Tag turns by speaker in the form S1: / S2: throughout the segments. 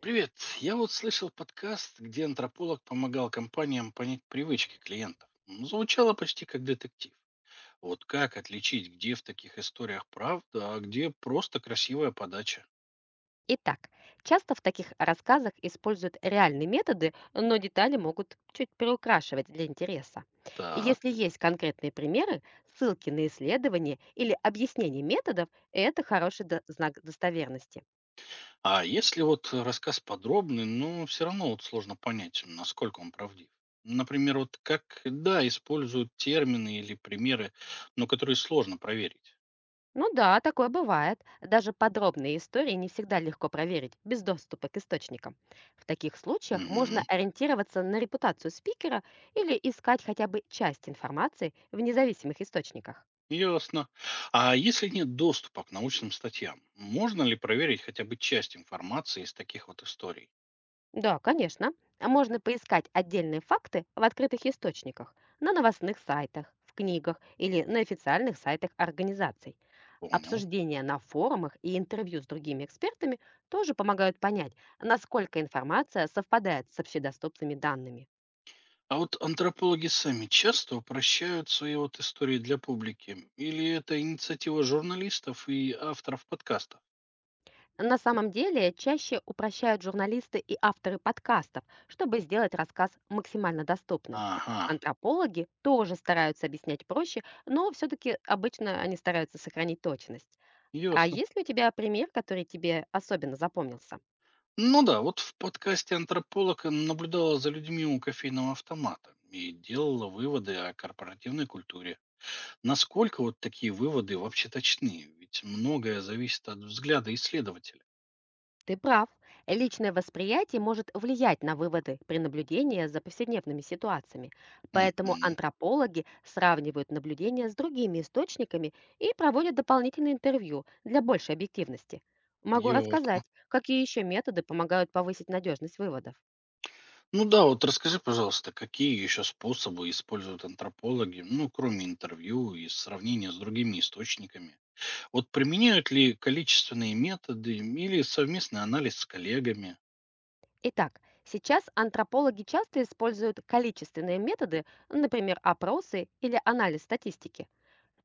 S1: Привет. Я вот слышал подкаст, где антрополог помогал компаниям понять привычки клиентов. Звучало почти как детектив. Вот как отличить, где в таких историях правда, а где просто красивая подача?
S2: Итак, часто в таких рассказах используют реальные методы, но детали могут чуть приукрашивать для интереса. И
S1: Так.
S2: если есть конкретные примеры, ссылки на исследования или объяснение методов, это хороший знак достоверности.
S1: А если вот рассказ подробный, но все равно вот сложно понять, насколько он правдив. Например, вот как, да, используют термины или примеры, но которые сложно проверить.
S2: Ну да, такое бывает. Даже подробные истории не всегда легко проверить без доступа к источникам. В таких случаях можно
S1: Угу.
S2: ориентироваться на репутацию спикера или искать хотя бы часть информации в независимых источниках.
S1: Ясно. А если нет доступа к научным статьям, можно ли проверить хотя бы часть информации из таких вот историй?
S2: Да, конечно. Можно поискать отдельные факты в открытых источниках, на новостных сайтах, в книгах или на официальных сайтах организаций.
S1: Понял.
S2: Обсуждения на форумах и интервью с другими экспертами тоже помогают понять, насколько информация совпадает с общедоступными данными.
S1: А вот антропологи сами часто упрощают свои вот истории для публики? Или это инициатива журналистов и авторов подкастов?
S2: На самом деле, чаще упрощают журналисты и авторы подкастов, чтобы сделать рассказ максимально доступным.
S1: Ага,
S2: Антропологи тоже стараются объяснять проще, но все-таки обычно они стараются сохранить точность. А
S1: ясно.
S2: есть ли у тебя пример, который тебе особенно запомнился?
S1: Ну да, вот в подкасте антрополог наблюдала за людьми у кофейного автомата и делала выводы о корпоративной культуре. Насколько вот такие выводы вообще точны? Ведь многое зависит от взгляда исследователя.
S2: Ты прав. Личное восприятие может влиять на выводы при наблюдении за повседневными ситуациями. Поэтому
S1: Мгм.
S2: антропологи сравнивают наблюдения с другими источниками и проводят дополнительные интервью для большей объективности. Могу
S1: Ясно.
S2: рассказать, какие еще методы помогают повысить надежность выводов.
S1: Ну да, вот расскажи, пожалуйста, какие еще способы используют антропологи, ну, кроме интервью и сравнения с другими источниками? Вот применяют ли количественные методы или совместный анализ с коллегами?
S2: Итак, сейчас антропологи часто используют количественные методы, например, опросы или анализ статистики.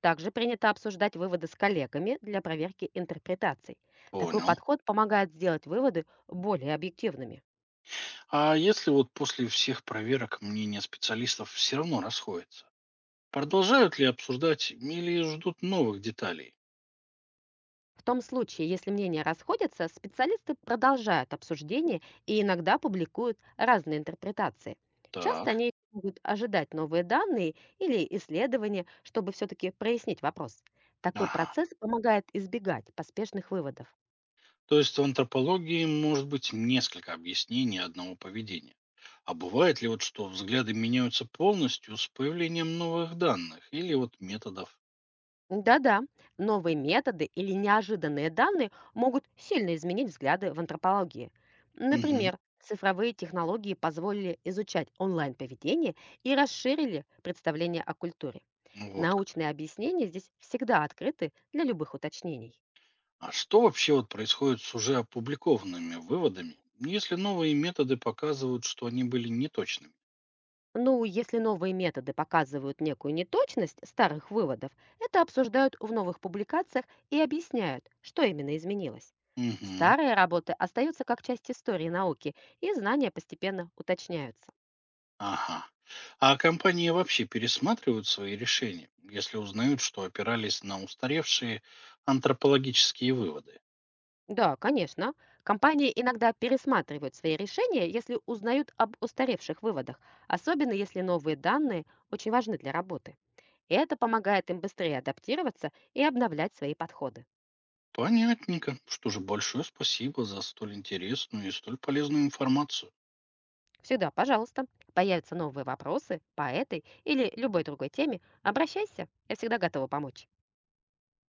S2: Также принято обсуждать выводы с коллегами для проверки интерпретаций. Такой
S1: Понял.
S2: подход помогает сделать выводы более объективными.
S1: А если вот после всех проверок мнения специалистов все равно расходятся? Продолжают ли обсуждать или ждут новых деталей?
S2: В том случае, если мнения расходятся, специалисты продолжают обсуждение и иногда публикуют разные интерпретации. Часто
S1: Так.
S2: они могут ожидать новые данные или исследования, чтобы все-таки прояснить вопрос. Такой
S1: Ага.
S2: процесс помогает избегать поспешных выводов.
S1: То есть в антропологии может быть несколько объяснений одного поведения. А бывает ли вот, что взгляды меняются полностью с появлением новых данных или вот методов?
S2: Да-да, новые методы или неожиданные данные могут сильно изменить взгляды в антропологии.
S1: Мгм.
S2: Например, цифровые технологии позволили изучать онлайн-поведение и расширили представление о культуре.
S1: Ну вот, как.
S2: Научные объяснения здесь всегда открыты для любых уточнений.
S1: А что вообще вот происходит с уже опубликованными выводами, если новые методы показывают, что они были неточными?
S2: Ну, если новые методы показывают некую неточность старых выводов, это обсуждают в новых публикациях и объясняют, что именно изменилось.
S1: Мгм.
S2: Старые работы остаются как часть истории науки, и знания постепенно уточняются.
S1: Ага. А компании вообще пересматривают свои решения, если узнают, что опирались на устаревшие антропологические выводы?
S2: Да, конечно. Компании иногда пересматривают свои решения, если узнают об устаревших выводах, особенно если новые данные очень важны для работы. И это помогает им быстрее адаптироваться и обновлять свои подходы.
S1: Понятненько. Что же, большое спасибо за столь интересную и столь полезную информацию.
S2: Всегда, пожалуйста. Появятся новые вопросы по этой или любой другой теме, обращайся, я всегда готова помочь.